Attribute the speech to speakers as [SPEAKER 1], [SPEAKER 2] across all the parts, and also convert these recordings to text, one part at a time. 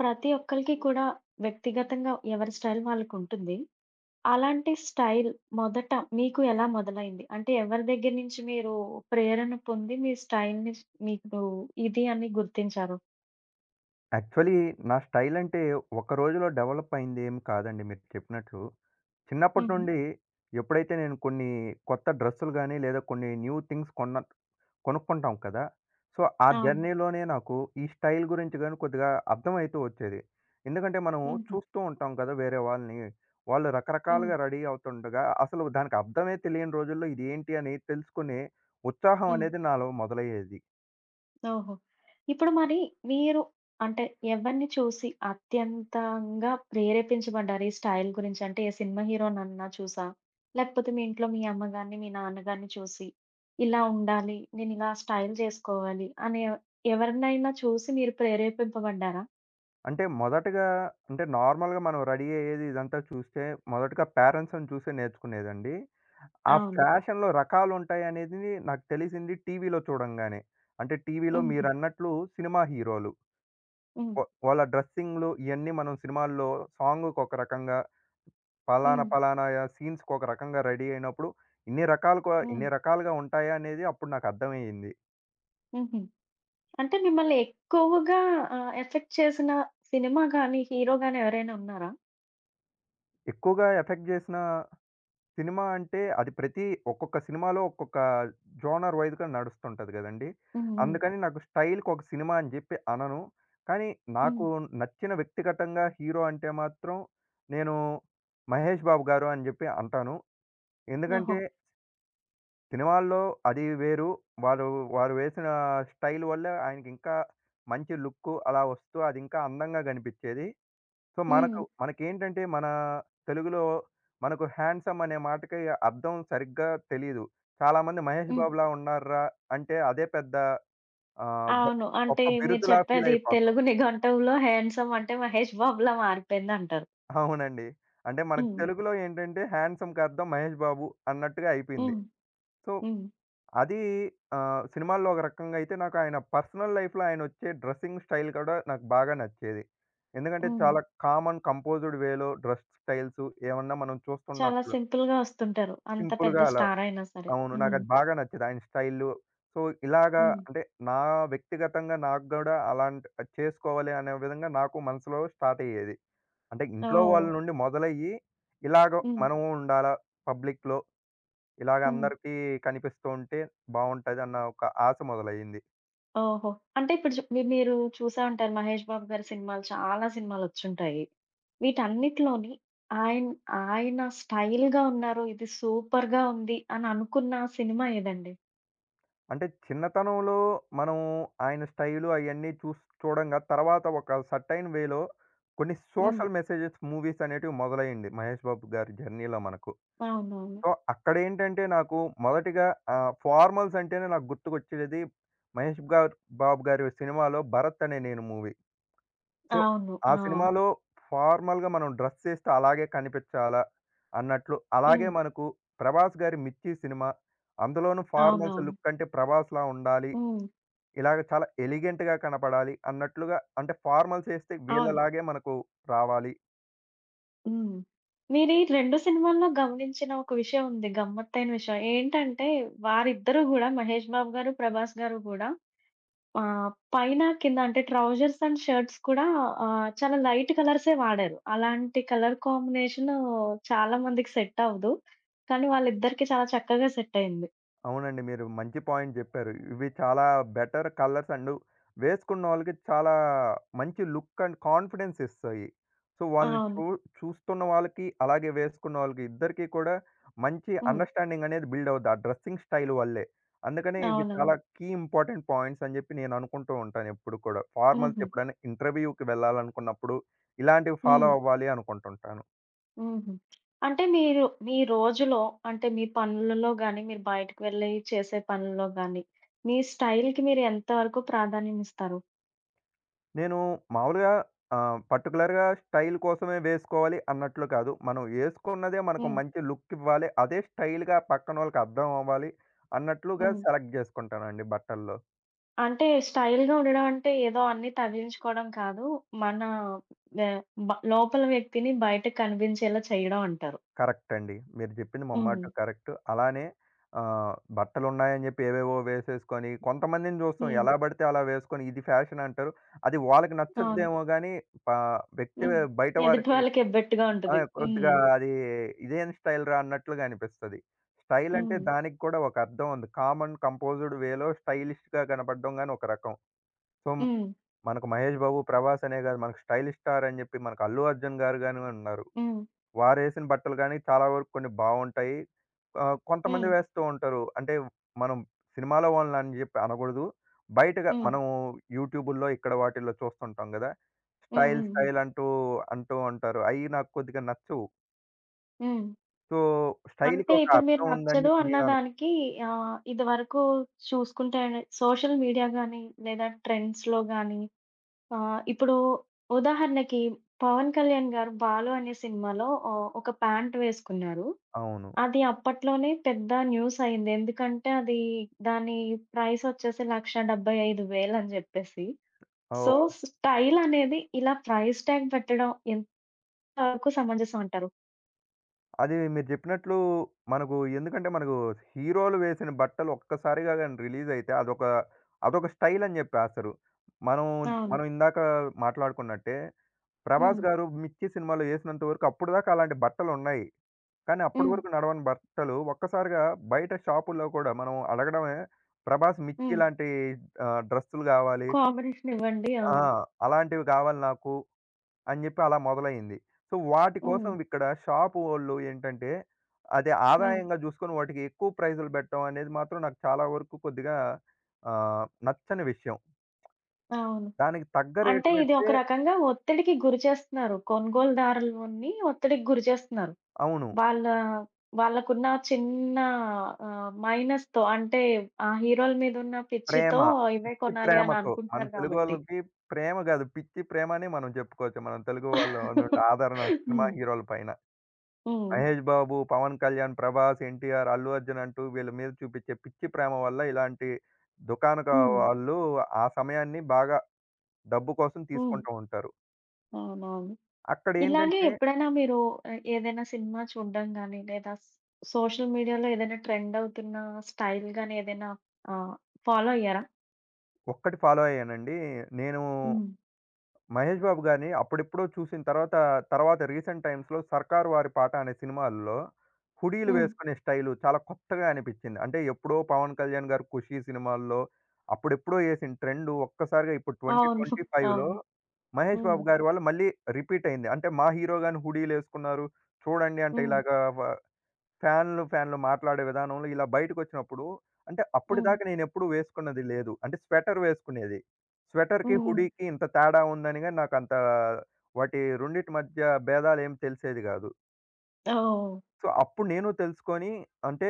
[SPEAKER 1] ప్రతి ఒక్కళ్ళకి కూడా వ్యక్తిగతంగా ఎవరి స్టైల్ వాళ్ళకుంటుంది. అలాంటి స్టైల్ మొదట మీకు ఎలా మొదలైంది? అంటే ఎవరి దగ్గర నుంచి మీరు ప్రేరణ పొంది మీ స్టైల్‌ని మీకు ఇది అని గుర్తించారు?
[SPEAKER 2] యాక్చువల్లీ నా స్టైల్ అంటే ఒక రోజులో డెవలప్ అయింది ఏం కాదండి మీరు చెప్పినట్లు. చిన్నప్పటి
[SPEAKER 1] హుహు.
[SPEAKER 2] నుండి ఎప్పుడైతే నేను కొన్ని కొత్త డ్రెస్సులు గాని, లేదా కొన్ని న్యూ థింగ్స్ కొనుక్కుంటాం కదా! సో, ఆ
[SPEAKER 1] అవును.
[SPEAKER 2] జర్నీలోనే నాకు ఈ స్టైల్ గురించి గాని కొద్దిగా అర్థమవుతూ వచ్చేది. ఎందుకంటే మనం
[SPEAKER 1] హుహు.
[SPEAKER 2] చూస్తూ ఉంటాం కదా వేరే వాళ్ళని. వాళ్ళు
[SPEAKER 1] హ్మ్.
[SPEAKER 2] రకరకాలుగా రెడీ అవుతుండగా అసలు దానికి అర్థమే తెలియని రోజుల్లో ఇదేంటి అని తెలుసుకునే ఉత్సాహం
[SPEAKER 1] హ్మ్.
[SPEAKER 2] అనేది నాలో మొదలయ్యేది.
[SPEAKER 1] ఓహో! ఇప్పుడు మరి మీరు అంటే ఎవరిని చూసి అత్యంతంగా ప్రేరేపించబడ్డారు ఈ స్టైల్ గురించి? అంటే ఏ సినిమా హీరోనన్నా చూసా? లేకపోతే మీ ఇంట్లో మీ అమ్మగారిని, మీ నాన్నగారిని చూసి ఇలా ఉండాలి, నేనిలా స్టైల్ జేసుకోవాలి అని ఎవరినైనా చూసి మీరు ప్రేరేపింపబడ్డారా?
[SPEAKER 2] అంటే మొదటగా అంటే నార్మల్‌గా మనం రెడీ అయ్యేది ఇదంతా చూస్తే మొదటగా పేరెంట్స్‌ని చూసే నేర్చుకునేదండి. ఆ
[SPEAKER 1] అవును.
[SPEAKER 2] ఫ్యాషన్‌లో రకాలుంటాయనేది నాకు తెలిసింది టీవీలో చూడంగానే. అంటే టీవీలో
[SPEAKER 1] హుహు.
[SPEAKER 2] మీరన్నట్లు సినిమా హీరోలు.
[SPEAKER 1] హ్మ్.
[SPEAKER 2] వాళ్ళ డ్రెస్సింగ్‌లు ఇయన్నీ మనం సినిమాల్లో సాంగుకొక రకంగా, పలానా
[SPEAKER 1] హ్మ్.
[SPEAKER 2] పలానా సీన్స్‌కొక రకంగా రెడీ అయినప్పుడు ఇన్ని రకాలుగా
[SPEAKER 1] హ్మ్.
[SPEAKER 2] ఇన్ని రకాలుగా ఉంటాయా అనేది అప్పుడు నాకు అర్థమయ్యింది.
[SPEAKER 1] హుహు. అంటే మిమ్మల్ని ఎక్కువగా ఎఫెక్ట్ చేసిన సినిమా గాని, హీరో గాని ఎవరైనా ఉన్నారా?
[SPEAKER 2] ఎక్కువగా ఎఫెక్ట్ చేసిన సినిమా అంటే అది ప్రతి ఒక్కొక్క సినిమాలో ఒక్కొక్క జోనర్ వైస్‌గా నడుస్తుంటది గదండీ!
[SPEAKER 1] హ్మ్. హ్మ్.
[SPEAKER 2] అందుకని నాకు స్టైల్‌కి ఒక సినిమా అని జెప్పి అనను. కానీ
[SPEAKER 1] హ్మ్.
[SPEAKER 2] నాకు నచ్చిన వ్యక్తిగతంగా హీరో అంటే మాత్రం నేను 'మహేష్ బాబు' గారు అని జెప్పి అంటాను.
[SPEAKER 1] ఓహో!
[SPEAKER 2] ఎందుకంటే సినిమాల్లో అది వేరు. వారు వారు వేసిన స్టైల్ వల్ల ఆయనకింకా మంచి లుక్కు అలా వస్తూ అది ఇంకా అందంగా గనిపిచ్చేది. సో,
[SPEAKER 1] హ్మ్.
[SPEAKER 2] మనకేంటంటే, మన తెలుగులో మనకు హ్యాండ్సమ్ అనే మాటకి అర్థం సరిగ్గా తెలీదు. చాలామంది 'మహేష్
[SPEAKER 1] హ్మ్.
[SPEAKER 2] బాబులా ఉన్నార్రా' అంటే అదే పెద్ద ఆహ్, గొ
[SPEAKER 1] అవును. అంటే
[SPEAKER 2] గొప్ప
[SPEAKER 1] మీరు
[SPEAKER 2] బిరుదులా ఫీల్
[SPEAKER 1] చెప్పేది
[SPEAKER 2] అయిపోతాం.
[SPEAKER 1] తెలుగు నిఘంటువులో హ్యాండ్‌సమ్ అంటే మహేష్ బాబులా మారిపోయిందంటారు.
[SPEAKER 2] అవునండి. అంటే మనకు
[SPEAKER 1] హ్మ్.
[SPEAKER 2] తెలుగులో ఏంటంటే, హ్యాండ్సమ్‌కి అర్థం 'మహేష్ బాబు' అన్నట్టుగా అయిపోయింది.
[SPEAKER 1] హ్మ్.
[SPEAKER 2] సో,
[SPEAKER 1] హ్మ్.
[SPEAKER 2] అది సినిమాల్లో ఒక రకంగా అయితే నాకు ఆయన పర్సనల్ లైఫ్‌లో ఆయనొచ్చే డ్రెస్సింగ్ స్టైల్ కూడా నాకు బాగా నచ్చేది. ఎందుకంటే,
[SPEAKER 1] హ్మ్.
[SPEAKER 2] చాలా కామన్ కంపోజ్డ్ వేలో డ్రెస్ స్టైల్స్ ఏమన్నా మనం
[SPEAKER 1] చాలా
[SPEAKER 2] చూస్తున్నట్లు
[SPEAKER 1] సింపుల్‌గా వస్తుంటారు. అంత పెద్ద
[SPEAKER 2] సింపుల్‌గా అలా.
[SPEAKER 1] స్టార్ అయినా సరే.
[SPEAKER 2] అవును.
[SPEAKER 1] హ్మ్.
[SPEAKER 2] నాకది బాగా నచ్చేది ఆయన స్టైలు. సో, ఇలాగా
[SPEAKER 1] హ్మ్.
[SPEAKER 2] అంటే నా వ్యక్తిగతంగా నాకు గూడా అలాంటి అది చేసుకోవాలి అనే విధంగా నాకు మనసులో స్టార్ట్ అయ్యేది. అంటే ఇంట్లో
[SPEAKER 1] ఓహ్!
[SPEAKER 2] వాళ్ళ నుండి మొదలయ్యి, ఇలాగ
[SPEAKER 1] హ్మ్.
[SPEAKER 2] మనము ఉండాలా పబ్లిక్‌లో, ఇలాగ
[SPEAKER 1] హ్మ్.
[SPEAKER 2] అందరికీ కనిపిస్తూ ఉంటే బావుంటది అన్న ఒక ఆశ మొదలయ్యింది.
[SPEAKER 1] ఓహో! అంటే ఇప్పుడు చు మీ మీరు చూసే ఉంటారు మహేష్ బాబు గారి సినిమాలు, చాలా సినిమాలొచ్చుంటాయి. వీటన్నిటిలోని ఆయన ఆయన స్టైల్‌గా ఉన్నారు. ఇది సూపర్‌గా ఉంది అని అనుకున్న సినిమా ఏదండి?
[SPEAKER 2] అంటే చిన్నతనంలో మనం ఆయన స్టైలు అయన్నీ చూసి చూడంగా తర్వాత ఒక సర్టైన్ వేలో కొన్ని
[SPEAKER 1] హ్మ్.
[SPEAKER 2] సోషల్ మెసేజెస్ మూవీస్ అనేటివి మొదలయ్యింది 'మహేష్ బాబు' గారి జర్నీలో మనకు.
[SPEAKER 1] అవునవును.
[SPEAKER 2] సో, అక్కడేంటంటే నాకు మొదటిగా ఫార్మల్స్ అంటేనే నాకు గుర్తుకొచ్చేది మహేష్ గారు బాబు గారి సినిమాలో 'భరత్ అనే నేను' మూవీ. సో,
[SPEAKER 1] అవును. అవును.
[SPEAKER 2] ఆ
[SPEAKER 1] ఆ!
[SPEAKER 2] సినిమాలో ఫార్మల్‌గా మనం డ్రెస్ ఏస్తే అలాగే కనిపించాలా అన్నట్లు, అలాగే
[SPEAKER 1] హ్మ్.
[SPEAKER 2] మనకు ప్రభాస్ గారి 'మిర్చి' సినిమా అందులోనూ ఫార్మల్స్
[SPEAKER 1] అవునవును.
[SPEAKER 2] లుక్ అంటే ప్రభాస్‌లా ఉండాలి.
[SPEAKER 1] హ్మ్.
[SPEAKER 2] ఇలాగ చాలా ఎలిగెంట్‌గా కనపడాలి అన్నట్లుగా అంటే ఫార్మల్స్ ఏస్తే
[SPEAKER 1] అవును.
[SPEAKER 2] వీళ్ళలాగే మనకు రావాలి.
[SPEAKER 1] హ్మ్. మీరీ 2 సినిమాల్లో గమనించిన ఒక విషయం ఉంది. గమ్మత్తైన విషయం. ఏంటంటే, వారిద్దరూ గూడా 'మహేష్ బాబు' గారు, 'ప్రభాస్' గారు గూడా ఆహ్, పైన, కింద అంటే ట్రౌజర్స్ అండ్ షర్ట్స్ కూడా చాలా లైట్ కలర్సే వాడారు. అలాంటి కలర్ కాంబినేషను చాలా మందికి సెట్ అవ్వదు. కానీ వాళ్ళిద్దరికీ చాలా చక్కగా సెట్ అయింది.
[SPEAKER 2] అవునండి. మీరు మంచి పాయింట్ జెప్పారు. ఇవి చాలా బెటర్ కలర్స్ అండ్ వేసుకున్నోళ్ళకి చాలా మంచి లుక్ అండ్ కాన్ఫిడెన్స్ ఇస్తాయి. సో, వాళ్ళని
[SPEAKER 1] అవును.
[SPEAKER 2] చూ చూస్తున్న వాళ్ళకి, అలాగే వేసుకున్న వాళ్ళకి ఇద్దరికీ కూడా మంచి
[SPEAKER 1] హ్మ్.
[SPEAKER 2] అండర్‌స్టాండింగ్ అనేది బిల్డ్ అవుద్ది. ఆ డ్రెస్సింగ్ స్టైల్ వల్లే. అందుకనే ఇవి
[SPEAKER 1] అవునవును.
[SPEAKER 2] చాలా కీ ఇంపార్టెంట్ పాయింట్స్ అని జెప్పి నేను అనుకుంటూ ఉంటాను ఎప్పుడు కూడా. ఫార్మల్స్
[SPEAKER 1] హుహు.
[SPEAKER 2] ఎప్పుడైనా ఇంటర్వ్యూకి వెళ్ళాలనుకున్నప్పుడు ఇలాంటివి ఫాలో
[SPEAKER 1] హ్మ్.
[SPEAKER 2] అవ్వాలి అనుకుంటుంటాను.
[SPEAKER 1] హుహు. అంటే మీరు మీ రోజులో అంటే మీ పనులలో గాని, మీరు బయటకి వెళ్ళి చేసే పనుల్లో గాని, మీ స్టైల్‌కి మీరు ఎంత వరకు ప్రాధాన్యం ఇస్తారు?
[SPEAKER 2] నేను మామూలుగా పర్టిక్యులర్‌గా స్టైల్ కోసమే వేసుకోవాలి అన్నట్లు కాదు. మనం ఏసుకున్నదే మనకు
[SPEAKER 1] హ్మ్.
[SPEAKER 2] మంచి లుక్ ఇవ్వాలి. అదే స్టైల్‌గా పక్కనోళ్ళకి అర్థం అవ్వాలి అన్నట్లుగా
[SPEAKER 1] హ్మ్.
[SPEAKER 2] సెలెక్ట్ జేసుకుంటానండి బట్టల్లో.
[SPEAKER 1] అంటే స్టైల్‌గా ఉండడం అంటే ఏదో అన్నీ తగిలించుకోవడం కాదు. మన వె బ లోపల వ్యక్తిని బయటకు కనిపించేలా చేయడం అంటారు.
[SPEAKER 2] కరెక్ట్ అండి. మీరు జెప్పింది
[SPEAKER 1] హ్మ్.
[SPEAKER 2] మొమ్మాటు కరెక్ట్. అలానే బట్టలున్నాయని జెప్పి ఏవేవో వేసేసుకొని కొంతమందిని జూస్తాం
[SPEAKER 1] హ్మ్.
[SPEAKER 2] ఎలా బడితే అలా వేసుకొని ఇది ఫ్యాషన్ అంటారు. అది వాళ్ళకి
[SPEAKER 1] అవును.
[SPEAKER 2] నచ్చద్దేమో గానీ ప వ్యక్తి
[SPEAKER 1] హ్మ్.
[SPEAKER 2] బయట
[SPEAKER 1] ఎదుటి
[SPEAKER 2] వారికి
[SPEAKER 1] వాళ్ళకి ఎబ్బెట్టుగా
[SPEAKER 2] ఆ!
[SPEAKER 1] ఉంటది. హ్మ్.
[SPEAKER 2] కొద్దిగా అది ఇదేం స్టైల్‌రా అన్నట్లుగా అనిపిస్తది. స్టైల్ అంటే
[SPEAKER 1] హ్మ్.
[SPEAKER 2] దానికి కూడా ఒక అర్థం ఉంది. కామన్ కంపోజ్డ్ వేలో స్టైలిష్‌గా కనపడడం గాని ఒక రకం. సో,
[SPEAKER 1] హ్మ్.
[SPEAKER 2] మనకు 'మహేష్ బాబు', 'ప్రభాస్' అనే కాదు మనకు స్టైలిష్ స్టార్ అని చెప్పి మనకు 'అల్లు అర్జున్' గారు గాని ఉన్నారు.
[SPEAKER 1] హ్మ్.
[SPEAKER 2] వారేసిన బట్టలు గాని చాలా వరకు కొన్ని బావుంటాయి. ఆహ్, కొంతమంది
[SPEAKER 1] హ్మ్.
[SPEAKER 2] వేస్తూ ఉంటారు. అంటే మనం సినిమాలో వాళ్ళని అని చెప్పి అనకూడదు. బయటగా
[SPEAKER 1] హ్మ్.
[SPEAKER 2] మనం యూట్యూబుల్లో ఇక్కడ వాటిల్లో చూస్తుంటాం గదా!
[SPEAKER 1] హ్మ్.
[SPEAKER 2] స్టైల్
[SPEAKER 1] హ్మ్. హ్మ్.
[SPEAKER 2] స్టైల్ అంటూ, అంటూ ఉంటారు. అయి నాకు కొద్దిగా నచ్చవు.
[SPEAKER 1] హ్మ్.
[SPEAKER 2] సో, స్టైల్‌కి
[SPEAKER 1] అంటే
[SPEAKER 2] ఒక
[SPEAKER 1] ఇప్పుడు మీరు
[SPEAKER 2] అర్థం ఉందని
[SPEAKER 1] నచ్చదు
[SPEAKER 2] చెప్పి
[SPEAKER 1] అన్న
[SPEAKER 2] నేనను
[SPEAKER 1] దానికి, ఇదివరకు చూసుకుంటే సోషల్ మీడియా గాని, లేదా ట్రెండ్స్‌లో గాని, ఇప్పుడు ఉదాహరణకి 'పవన్ కళ్యాణ్' గారు 'బాలు' అనే సినిమాలో ఒక ప్యాంట్ వేసుకున్నారు.
[SPEAKER 2] అవును.
[SPEAKER 1] అది అప్పట్లోనే పెద్ద న్యూస్ అయింది. ఎందుకంటే అది, దాని ప్రైస్ వచ్చేసి 1,75,000 అని చెప్పేసి. సో,
[SPEAKER 2] ఓహ్!
[SPEAKER 1] స్టైల్ అనేది ఇలా ప్రైస్ ట్యాగ్ పెట్టడం ఎంతవరకు సమంజసం అంటారు?
[SPEAKER 2] అది మీరు చెప్పినట్లు ఎందుకంటే మనకు హీరోలు వేసిన బట్టలు ఒక్కసారిగా గాని రిలీజ్ అయితే అదొక అదొక స్టైల్ అని చెప్పేస్తారు. మనం
[SPEAKER 1] అవును.
[SPEAKER 2] మనం ఇందాక మాట్లాడుకున్నట్టే
[SPEAKER 1] హ్మ్.
[SPEAKER 2] 'ప్రభాస్' గారు 'మిర్చి' సినిమాలో ఏసినంత వరకు అప్పటిదాకా అలాంటి బట్టలున్నాయి. కానీ అప్పటి
[SPEAKER 1] హ్మ్.
[SPEAKER 2] వరకు నడవని బట్టలు ఒక్కసారిగా బయట షాపుల్లో కూడా మనం అడగడమే 'ప్రభాస్' 'మిర్చి'
[SPEAKER 1] హ్మ్.
[SPEAKER 2] లాంటి డ్రెస్సులు గావాలి.
[SPEAKER 1] కాంబినేషన్ ఇవ్వండి. ఆ!
[SPEAKER 2] ఆ! అలాంటివి గావాలి నాకు అని జెప్పి అలా మొదలయింది. సో, వాటి
[SPEAKER 1] హ్మ్.
[SPEAKER 2] కోసం ఇక్కడ షాపు వోళ్ళు ఏంటంటే, అదే
[SPEAKER 1] హ్మ్.
[SPEAKER 2] ఆదాయంగా జూసుకొని వాటికి ఎక్కువ ప్రైజులు బెట్టడం అనేది మాత్రం నాకు చాలా వరకు కొద్దిగా నచ్చని విషయం.
[SPEAKER 1] అవును.
[SPEAKER 2] దానికి తగ్గ రేటు
[SPEAKER 1] అంటే ఇది ఒక
[SPEAKER 2] బెడితే
[SPEAKER 1] రకంగా ఒత్తిడికి గురి చేస్తున్నారు. కొనుగోలుదారులని ఒత్తిడికి గురి చేస్తున్నారు.
[SPEAKER 2] అవును.
[SPEAKER 1] వాళ్ళ వాళ్ళకున్న చిన్న మైనస్‌తో అంటే, ఆ హీరోల మీదున్న
[SPEAKER 2] ప్రేమ,
[SPEAKER 1] పిచ్చితో ఇవే
[SPEAKER 2] పిచ్చి
[SPEAKER 1] కొనాలి అని
[SPEAKER 2] ప్రేమతో మన
[SPEAKER 1] అనుకుంటున్నారు కాబట్టి.
[SPEAKER 2] తెలుగోళ్ళకి ప్రేమ గాదు, పిచ్చి ప్రేమ అనే మనం జెప్పుకోవచ్చు. మనం తెలుగు వాళ్ళ నుండి ఆదరణ సినిమా
[SPEAKER 1] హ్మ్.
[SPEAKER 2] హీరోల పైన.
[SPEAKER 1] హ్మ్.
[SPEAKER 2] మహేష్ బాబు, పవన్ కళ్యాణ్, ప్రభాస్, ఎన్టీఆర్, అల్లు అర్జున్ అంటూ వీళ్ళ మీద చూపిచ్చే పిచ్చి ప్రేమ వల్ల ఇలాంటి దుకాణకా హ్మ్.
[SPEAKER 1] హ్మ్.
[SPEAKER 2] వాళ్ళు ఆ సమయాన్ని బాగా డబ్బు కోసం
[SPEAKER 1] హ్మ్.
[SPEAKER 2] తీసుకుంటూ ఉంటారు.
[SPEAKER 1] అవునవును. ఇలాగే
[SPEAKER 2] అక్కడేంటంటే
[SPEAKER 1] ఎప్పుడైనా మీరు ఏదైనా సినిమా చూడడం గాని, లేదా సోషల్ మీడియాలో ఏదైనా ట్రెండ్ అవుతున్న స్టైల్ గాని, ఏదైనా ఆహ్, ఫాలో అయ్యారా?
[SPEAKER 2] ఒక్కటి ఫాలో అయ్యానండి. నేను
[SPEAKER 1] హ్మ్.
[SPEAKER 2] మహేష్ బాబు గారిని అప్పుడెప్పుడో చూసిన తర్వాత, తర్వాత రీసెంట్ టైమ్స్‌లో 'సర్కారు వారి పాట' అనే సినిమాల్లో హుడీలు
[SPEAKER 1] హ్మ్.
[SPEAKER 2] వేసుకునే స్టైలు చాలా కొత్తగా అనిపించింది. అంటే ఎప్పుడో 'పవన్ కళ్యాణ్' గారు 'ఖుషి' సినిమాల్లో అప్పుడెప్పుడో ఏసిన ట్రెండు ఒక్కసారిగా ఇప్పుడు
[SPEAKER 1] అవును.
[SPEAKER 2] 2025లో
[SPEAKER 1] అవును.
[SPEAKER 2] మహేష్
[SPEAKER 1] హ్మ్.
[SPEAKER 2] బాబు గారి వల్ల మళ్ళీ రిపీట్ అయింది. అంటే మా హీరో గాని హుడీలేసుకున్నారు. చూడండి అంటే
[SPEAKER 1] హ్మ్.
[SPEAKER 2] ఇలాగా వ ఫ్యాన్లు, ఫ్యాన్లు మాట్లాడే విధానంలో ఇలా బయటకొచ్చినప్పుడు అంటే
[SPEAKER 1] హ్మ్.
[SPEAKER 2] అప్పటిదాకా నేనెప్పుడూ వేసుకున్నది లేదు. అంటే స్వెటర్ వేసుకునేది. స్వెటర్‌కి,
[SPEAKER 1] హ్మ్.
[SPEAKER 2] ఓకే.
[SPEAKER 1] హ్మ్.
[SPEAKER 2] హుడీకి ఇంత తేడా ఉందని గాని నాకంత వాటి రెండిటి మధ్య భేదాలేమి తెలిసేది గాదు.
[SPEAKER 1] ఓహ్!
[SPEAKER 2] సో, అప్పుడు నేను తెలుసుకొని అంటే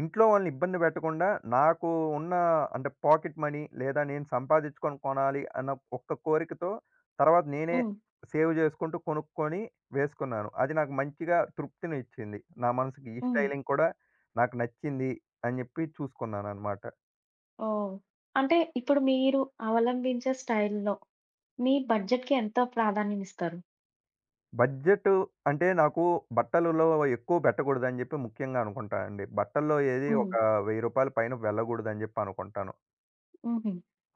[SPEAKER 2] ఇంట్లో వాళ్ళని ఇబ్బంది పెట్టకుండా, నాకు ఉన్న అంటే పాకెట్ మనీ లేదా నేను సంపాదించుకొని కొనాలి అన్న ఒక్క కోరికతో తర్వాత నేనే
[SPEAKER 1] హ్మ్.
[SPEAKER 2] సేవ్ చేసుకుంటూ కొనుక్కొని వేసుకున్నాను. అది నాకు మంచిగా తృప్తిని ఇచ్చింది. నా మనసుకి ఈ
[SPEAKER 1] హ్మ్.
[SPEAKER 2] స్టైలింగ్ కూడా నాకు నచ్చింది అని చెప్పి చూసుకున్నాననమాట.
[SPEAKER 1] ఓహ్! అంటే ఇప్పుడు మీరు అవలంబించే స్టైల్‌లో మీ బడ్జెట్‌కి ఎంత ప్రాధాన్యం ఇస్తారు?
[SPEAKER 2] బడ్జెట్ అంటే నాకు బట్టలలో ఎక్కువ పెట్టకూడదని చెప్పి ముఖ్యంగా అనుకుంటానండి. బట్టల్లో ఏది
[SPEAKER 1] హ్మ్.
[SPEAKER 2] ఒక రూ. 1000 పైన వెళ్ళకూడదని చెప్పి అనుకుంటాను.
[SPEAKER 1] హుహు.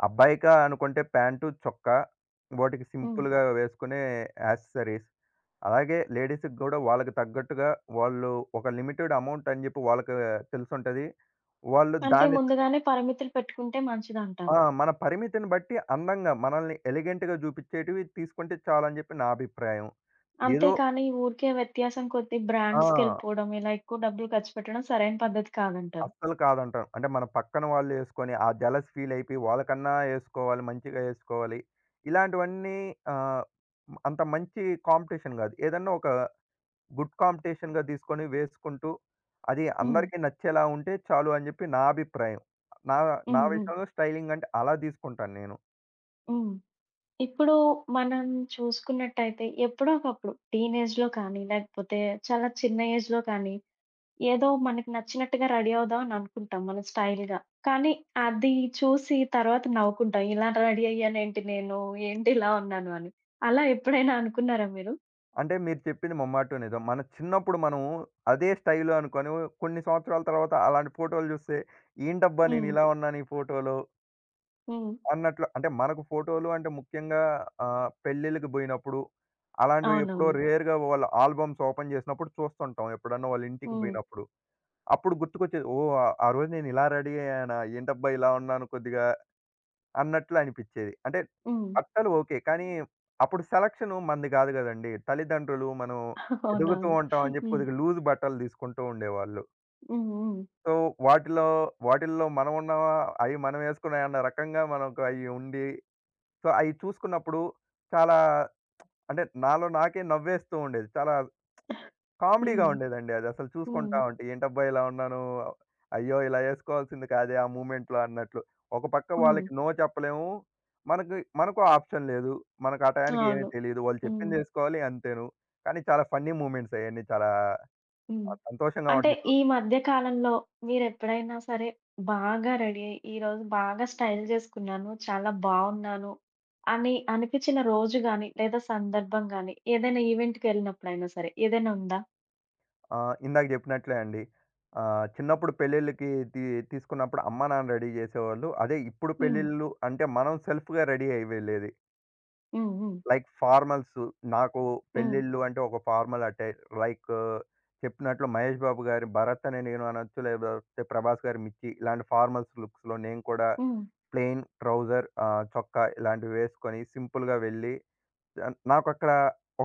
[SPEAKER 2] అబ్బాయికా అనుకుంటే ప్యాంటు, చొక్కా వాటికి
[SPEAKER 1] హ్మ్.
[SPEAKER 2] సింపుల్‌గా వేసుకునే యాక్సెసరీస్. అలాగే లేడీస్‌కి గూడా వాళ్ళకి తగ్గట్టుగా వాళ్ళు ఒక లిమిటెడ్ అమౌంట్ అని జెప్పి వాళ్ళకి తెలిసుంటది. వాళ్ళు
[SPEAKER 1] అంటే
[SPEAKER 2] దాన్ని
[SPEAKER 1] ముందుగానే పరిమితులు పెట్టుకుంటే మంచిదంటారు.
[SPEAKER 2] ఆ! మన పరిమితిని బట్టి అందంగా మనల్ని ఎలిగెంట్‌గా జూపిచ్చేటివి తీసుకుంటే చాలని జెప్పి నా అభిప్రాయం.
[SPEAKER 1] అంతే
[SPEAKER 2] ఏదో
[SPEAKER 1] కానీ ఊరికే వ్యత్యాసం కొద్దీ
[SPEAKER 2] ఆ!
[SPEAKER 1] బ్రాండ్స్‌కెళ్ళిపోవడం, ఇలా ఎక్కువ డబ్బులు ఖర్చు పెట్టడం సరైన పద్ధతి కాదంటారు.
[SPEAKER 2] అస్సలు కాదంటాను. అంటే మన పక్కన వాళ్ళు యేసుకొని, ఆ జెలస్ ఫీల్ అయిపోయి వాళ్ళకన్నా యేసుకోవాలి, మంచిగా యేసుకోవాలి. ఇలాంటివన్నీ ఆహ్, అంత మంచి కాంపిటీషన్ గాదు. ఏదన్నా ఒక గుడ్ కాంపిటీషన్‌గా తీసుకొని వేసుకుంటూ, అది
[SPEAKER 1] హ్మ్.
[SPEAKER 2] అందరికీ నచ్చేలా ఉంటే చాలు అని జెప్పి నా అభిప్రాయం. నా నా
[SPEAKER 1] హ్మ్. హ్మ్.
[SPEAKER 2] విషయంలో స్టైలింగ్ అంటే అలా తీసుకుంటాను నేను.
[SPEAKER 1] హ్మ్. ఇప్పుడు మనం చూసుకున్నట్టయితే ఎప్పుడో ఒకప్పుడు టీనేజ్‌లో కానీ, లేకపోతే చాలా చిన్న ఏజ్‌లో కానీ, ఏదో మనకి నచ్చినట్టుగా రెడీ అవుదాం అని అనుకుంటాం మనం స్టైల్‌గా. కానీ అది చూసి తర్వాత నవ్వుకుంటాం. ఇలా రెడీ అయ్యానేంటి నేను? ఏంటి ఇలా ఉన్నాను అని. అలా ఎప్పుడైనా అనుకున్నారా మీరు?
[SPEAKER 2] అంటే మీరు చెప్పింది ముమ్మాటం నిజం. మన చిన్నప్పుడు మనము అదే స్టైలు అనుకోని కొన్ని సంవత్సరాల తర్వాత అలాంటి ఫోటోలు జూస్తే, ఏంటబ్బా
[SPEAKER 1] హ్మ్.
[SPEAKER 2] నేనిలా ఉన్నాను ఈ ఫోటోలో
[SPEAKER 1] హ్మ్.
[SPEAKER 2] అన్నట్లు అంటే మనకు ఫోటోలు అంటే ముఖ్యంగా పెళ్ళిళ్ళకి బోయినప్పుడు, అలాంటివి ఎప్పుడో
[SPEAKER 1] అవునవును.
[SPEAKER 2] రేర్‌గా వాళ్ళ ఆల్బమ్స్ ఓపెన్ జేసినప్పుడు చూస్తుంటాం. ఎప్పుడన్నా వాళ్ళ ఇంటికి
[SPEAKER 1] హ్మ్.
[SPEAKER 2] బోయినప్పుడు. అప్పుడు గుర్తుకొచ్చేది. ఓహ్! ఆహ్, ఆ రోజు నేను ఇలా రెడీ అయ్యానా? ఏంటబ్బా! ఇలా ఉన్నాను కొద్దిగా అన్నట్లు అనిపిచ్చేది. అంటే
[SPEAKER 1] హ్మ్.
[SPEAKER 2] బట్టలు ఓకే. కానీ అప్పుడు సెలక్షన్ మనది గాదు గదండీ. తల్లిదండ్రులు మనం ఎదుగుతూ
[SPEAKER 1] అవునవును.
[SPEAKER 2] ఉంటాం అని జెప్పి
[SPEAKER 1] హ్మ్.
[SPEAKER 2] కొద్దిగా లూజ్ బట్టలు దీసుకుంటూ ఉండేవాళ్ళు.
[SPEAKER 1] హ్మ్. హ్మ్.
[SPEAKER 2] సో, వాటిలో వాటిల్లో మనం ఉన్నామా? అయి మనం యేసుకున్నాయా అన్న రకంగా మనకు అయి ఉండి సో, అయి చూసుకున్నప్పుడు చాలా అంటే నాలో నాకే నవ్వేస్తూ ఉండేది. చాలా కామెడీగా
[SPEAKER 1] హ్మ్.
[SPEAKER 2] ఉండేదండి అది. అసలు
[SPEAKER 1] హ్మ్.
[SPEAKER 2] చూసుకుంటా ఉంటే ఏంటబ్బా! ఇలా ఉన్నాను. అయ్యో! ఇలా యేసుకోవాల్సింది కాదే ఆ మూమెంట్‌లో అన్నట్లు. ఒక పక్క
[SPEAKER 1] హ్మ్.
[SPEAKER 2] వాళ్ళకి నో చెప్పలేము. మనకి మనకు ఆప్షన్ లేదు. మనకు ఆ టయానికి ఏమీ
[SPEAKER 1] అవును.
[SPEAKER 2] తెలీదు. వాళ్ళు
[SPEAKER 1] హ్మ్.
[SPEAKER 2] చెప్పింది యేసుకోవాలి అంతేను. కానీ చాలా ఫన్నీ మూమెంట్స్ అయన్నీ చాలా
[SPEAKER 1] హ్మ్.
[SPEAKER 2] సంతోషంగా
[SPEAKER 1] అంటే
[SPEAKER 2] ఉంటాయి
[SPEAKER 1] ఈ
[SPEAKER 2] చూడ్డానికి.
[SPEAKER 1] మధ్య కాలంలో మీరెప్పుడైనా సరే బాగా రెడీ అయ్యి, ఈరోజు బాగా స్టైల్ జేసుకున్నాను, చాలా బావున్నాను అని అనిపిచ్చిన రోజు గాని, లేదా సందర్భం గాని, ఏదైనా ఈవెంట్‌కెళ్ళినప్పుడైనా సరే ఏదైనా ఉందా?
[SPEAKER 2] ఆ! ఇందాక జెప్పినట్లే అండి. ఆహ్, చిన్నప్పుడు పెళ్ళిళ్ళకి తీసుకున్నప్పుడు అమ్మా, నాన్న రెడీ జేసేవాళ్ళు. అదే ఇప్పుడు
[SPEAKER 1] హ్మ్.
[SPEAKER 2] పెళ్ళిళ్ళు అంటే మనం సెల్ఫ్‌గా రెడీ అయ్యి వెళ్ళేది.
[SPEAKER 1] హ్మ్. హ్మ్.
[SPEAKER 2] లైక్ ఫార్మల్స్ నాకు
[SPEAKER 1] హ్మ్.
[SPEAKER 2] పెళ్ళిళ్ళు అంటే ఒక ఫార్మల్ అటైర్ లైక్ చెప్పినట్లు 'మహేష్ బాబు' గారి 'భరత్ అనే నేను' అనొచ్చు. లేకపోతే 'ప్రభాస్' గారి 'మిర్చి' ఇలాంటి ఫార్మల్స్ లుక్స్‌లో నేను కూడా
[SPEAKER 1] హ్మ్.
[SPEAKER 2] ప్లెయిన్ ట్రౌజర్ ఆహ్, చొక్కా ఇలాంటివి వేసుకొని సింపుల్‌గా వెళ్ళి ఆహ్, నాకక్కడ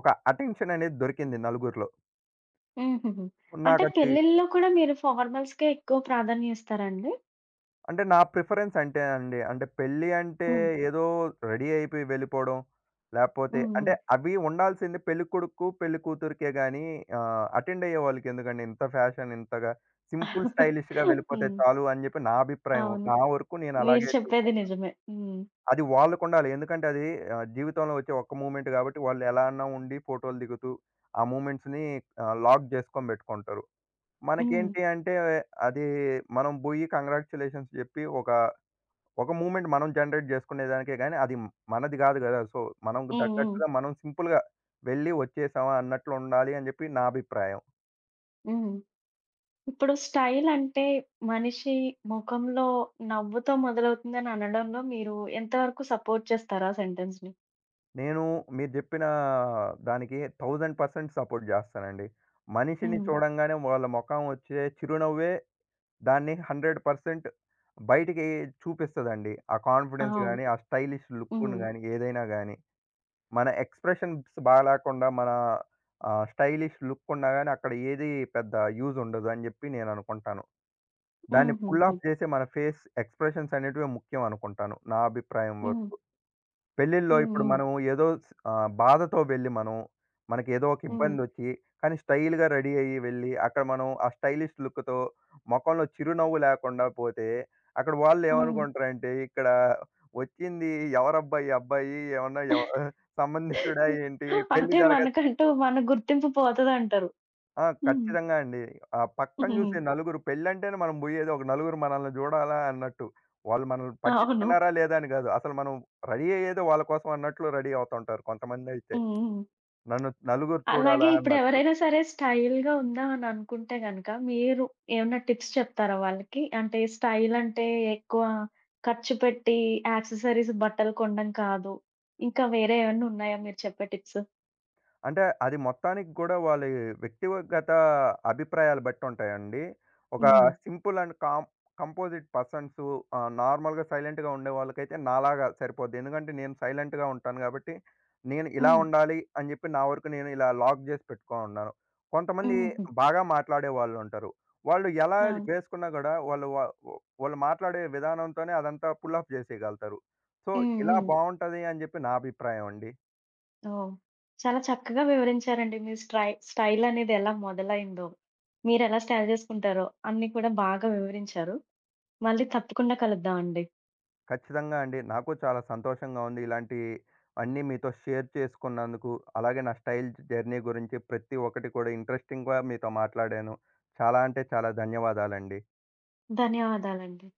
[SPEAKER 2] ఒక అటెన్షన్ అనేది దొరికింది నలుగురిలో.
[SPEAKER 1] హుహుహు. అంటే
[SPEAKER 2] నాకది
[SPEAKER 1] పెళ్ళిల్లో కూడా మీరు ఫార్మల్స్‌కే ఎక్కువ ప్రాధాన్యం ఇస్తారా అండి?
[SPEAKER 2] అంటే నా ప్రిఫరెన్స్ అంటే అండి. అంటే పెళ్లి అంటే
[SPEAKER 1] హ్మ్.
[SPEAKER 2] ఏదో రెడీ అయిపోయి వెళ్ళిపోవడం. లేపోతే
[SPEAKER 1] హ్మ్. హ్మ్. హ్మ్.
[SPEAKER 2] అంటే అవి ఉండాల్సింది పెళ్ళికొడుకు, పెళ్ళికూతురికే గాని అటెండ్ అయ్యేవాళ్ళకి ఎందుకండి ఇంత ఫ్యాషన్ ఇంతగా సింపుల్ స్టైలిష్‌గా వెళ్ళిపోతే చాలు అని చెప్పి నా అభిప్రాయం.
[SPEAKER 1] అవును.
[SPEAKER 2] నా వరకు నేను
[SPEAKER 1] మీరు
[SPEAKER 2] అలాగే
[SPEAKER 1] చెప్పేది
[SPEAKER 2] చూస్తాను.
[SPEAKER 1] నిజమే. హ్మ్.
[SPEAKER 2] అది వాళ్ళకుండాలి. ఎందుకంటే అది జీవితంలో వచ్చే ఒక్క మూమెంట్ కాబట్టి వాళ్ళు ఎలా అన్నా ఉండి ఫోటోలు దిగుతూ ఆ మూమెంట్స్‌ని లాక్ చేసుకొని పెట్టుకుంటారు.
[SPEAKER 1] హ్మ్.
[SPEAKER 2] మనకేంటి అంటే అది మనం బోయి కంగ్రాచ్యులేషన్స్ చెప్పి ఒక ఒక మూవ్‌మెంట్ మనం జనరేట్ జేసుకునే దానికే గానీ, అది మనది గాదు గదా! సో, మనకు
[SPEAKER 1] హ్మ్. హ్మ్.
[SPEAKER 2] తగ్గట్టుగా మనం సింపుల్‌గా వెళ్ళి వచ్చేసామా అన్నట్లు ఉండాలి అని జెప్పి నా అభిప్రాయం.
[SPEAKER 1] హ్మ్. ఇప్పుడు స్టైలంటే మనిషి మొఖంలో నవ్వుతో మొదలవుతుందని అనడంలో మీరు ఎంతవరకు సపోర్ట్ చేస్తారు ఆ సెంటెన్స్‌ని?
[SPEAKER 2] నేను మీరు జెప్పిన దానికి 1000% సపోర్ట్ జేస్తానండి. మనిషిని
[SPEAKER 1] హ్మ్.
[SPEAKER 2] చూడంగానే వాళ్ళ మొఖం వచ్చే చిరునవ్వే దాన్ని 100% బయటికి చూపిస్తదండి. ఆ కాన్ఫిడెన్స్
[SPEAKER 1] అవును.
[SPEAKER 2] గాని, ఆ స్టైలిష్ లుక్కును
[SPEAKER 1] హ్మ్.
[SPEAKER 2] గాని, ఏదైనా గాని. మన ఎక్స్‌ప్రెషన్స్ బాగా లేకుండా, మన స్టైలిష్ లుక్ ఉన్నా గాని అక్కడ ఏది పెద్ద యూజ్ ఉండదు అని జెప్పి నేననుకుంటాను. దాన్ని పుల్
[SPEAKER 1] హుహుహు.
[SPEAKER 2] ఆఫ్ చేసే మన ఫేస్ ఎక్స్‌ప్రెషన్స్ అనేటివే ముఖ్యం అనుకుంటాను. నా అభిప్రాయం
[SPEAKER 1] హ్మ్.
[SPEAKER 2] వరకు. పెళ్ళిల్లో
[SPEAKER 1] హ్మ్.
[SPEAKER 2] ఇప్పుడు
[SPEAKER 1] హ్మ్.
[SPEAKER 2] మనం బాధతో వెళ్ళి మనం, మనకి ఏదో ఒక
[SPEAKER 1] హ్మ్.
[SPEAKER 2] ఇబ్బందొచ్చి, కానీ స్టైల్‌గా రెడీ అయ్యి వెళ్ళి, అక్కడ మనం ఆ స్టైలిష్ లుక్‌తో మొఖంలో చిరునవ్వు లేకుండా పోతే, అక్కడ
[SPEAKER 1] హ్మ్.
[SPEAKER 2] వాళ్ళేమనుకుంటారంటే, ఇక్కడ వచ్చింది ఎవరబ్బా ఈ అబ్బాయి? ఏమన్నా ఎవ సంబంధించుడా ఏంటి? పెళ్లి
[SPEAKER 1] అంటే
[SPEAKER 2] జరగ
[SPEAKER 1] మనకంటూ మన గుర్తింపు పోతదంటారు.
[SPEAKER 2] ఆ!
[SPEAKER 1] హ్మ్.
[SPEAKER 2] ఖచ్చితంగా అండి. ఆ పక్కన
[SPEAKER 1] హ్మ్.
[SPEAKER 2] చూసే నలుగురు పెళ్ళంటేనే మనం బోయేది ఒక నలుగురు మనల్ని జూడాలా అన్నట్టు. వాళ్ళు మనల్ని
[SPEAKER 1] అవును.
[SPEAKER 2] పట్టించుకున్నారా లేదా అని గాదు. అసలు మనం రెడీ అయ్యేదే వాళ్ళ కోసం అన్నట్లు రెడీ అవుతుంటారు కొంతమందైతే.
[SPEAKER 1] హ్మ్. హ్మ్.
[SPEAKER 2] నన్ను నలుగురు
[SPEAKER 1] అలాగే
[SPEAKER 2] చూడాలా అన్నట్టు.
[SPEAKER 1] ఇప్పుడెవరైనా సరే స్టైల్‌గా ఉందాం అని అనుకుంటే గనక, మీరు ఏమన్నా టిప్స్ చెప్తారా వాళ్ళకి? అంటే స్టైల్ అంటే ఎక్కువ ఖర్చు పెట్టి యాక్సెసరీస్, బట్టలు కొనడం కాదు. ఇంకా వేరే ఏమన్నా ఉన్నాయా మీరు చెప్పే టిప్స్?
[SPEAKER 2] అంటే అది మొత్తానికి గూడా వాళ్ళి వ్యక్తిగత అభిప్రాయాలు బట్టి ఉంటాయండి. ఒక
[SPEAKER 1] hmm.
[SPEAKER 2] Simple and calm composite persons ah, నార్మల్‌గా సైలెంట్‌గా ఉండేవాళ్ళకైతే నాలాగా సరిపోద్ది. ఎందుకంటే నేను సైలెంట్‌గా ఉంటాను గాబట్టి, నేను ఇలా
[SPEAKER 1] హ్మ్.
[SPEAKER 2] ఉండాలి అని జెప్పి నా వరకు నేను ఇలా లాక్ జేసి పెట్టుకోనున్నాను. కొంతమంది
[SPEAKER 1] హుహు.
[SPEAKER 2] బాగా మాట్లాడే వాళ్ళుంటారు. వాళ్ళు ఎలా
[SPEAKER 1] అవును.
[SPEAKER 2] వేసుకున్నా గూడా వాళ్ళు వా వాళ్ళు మాట్లాడే విధానంతోనే అదంతా పుల్ ఆఫ్ జేసేయగలుగుతారు. సో,
[SPEAKER 1] హ్మ్.
[SPEAKER 2] ఇలా
[SPEAKER 1] హ్మ్.
[SPEAKER 2] బావుంటది అని జెప్పి నా అభిప్రాయం అండి.
[SPEAKER 1] ఓహ్! చాలా చక్కగా వివరించారండి. మీ స్టైల్ అనేది ఎలా మొదలైందో, మీరెలా స్టైల్ చేసుకుంటారో అన్నీ కూడా బాగా వివరించారు. మళ్ళీ తప్పకుండా కలుద్దామండి.
[SPEAKER 2] ఖచ్చితంగా అండి. నాకు చాలా సంతోషంగా ఉంది. ఇలాంటి అన్నీ మీతో షేర్ చేసుకున్నందుకు, అలాగే నా స్టైల్ జర్నీ గురించి ప్రతి ఒక్కటి కూడా ఇంట్రెస్టింగ్‌గా మీతో మాట్లాడాను. చాలా అంటే చాలా ధన్యవాదాలండి.
[SPEAKER 1] ధన్యవాదాలండి.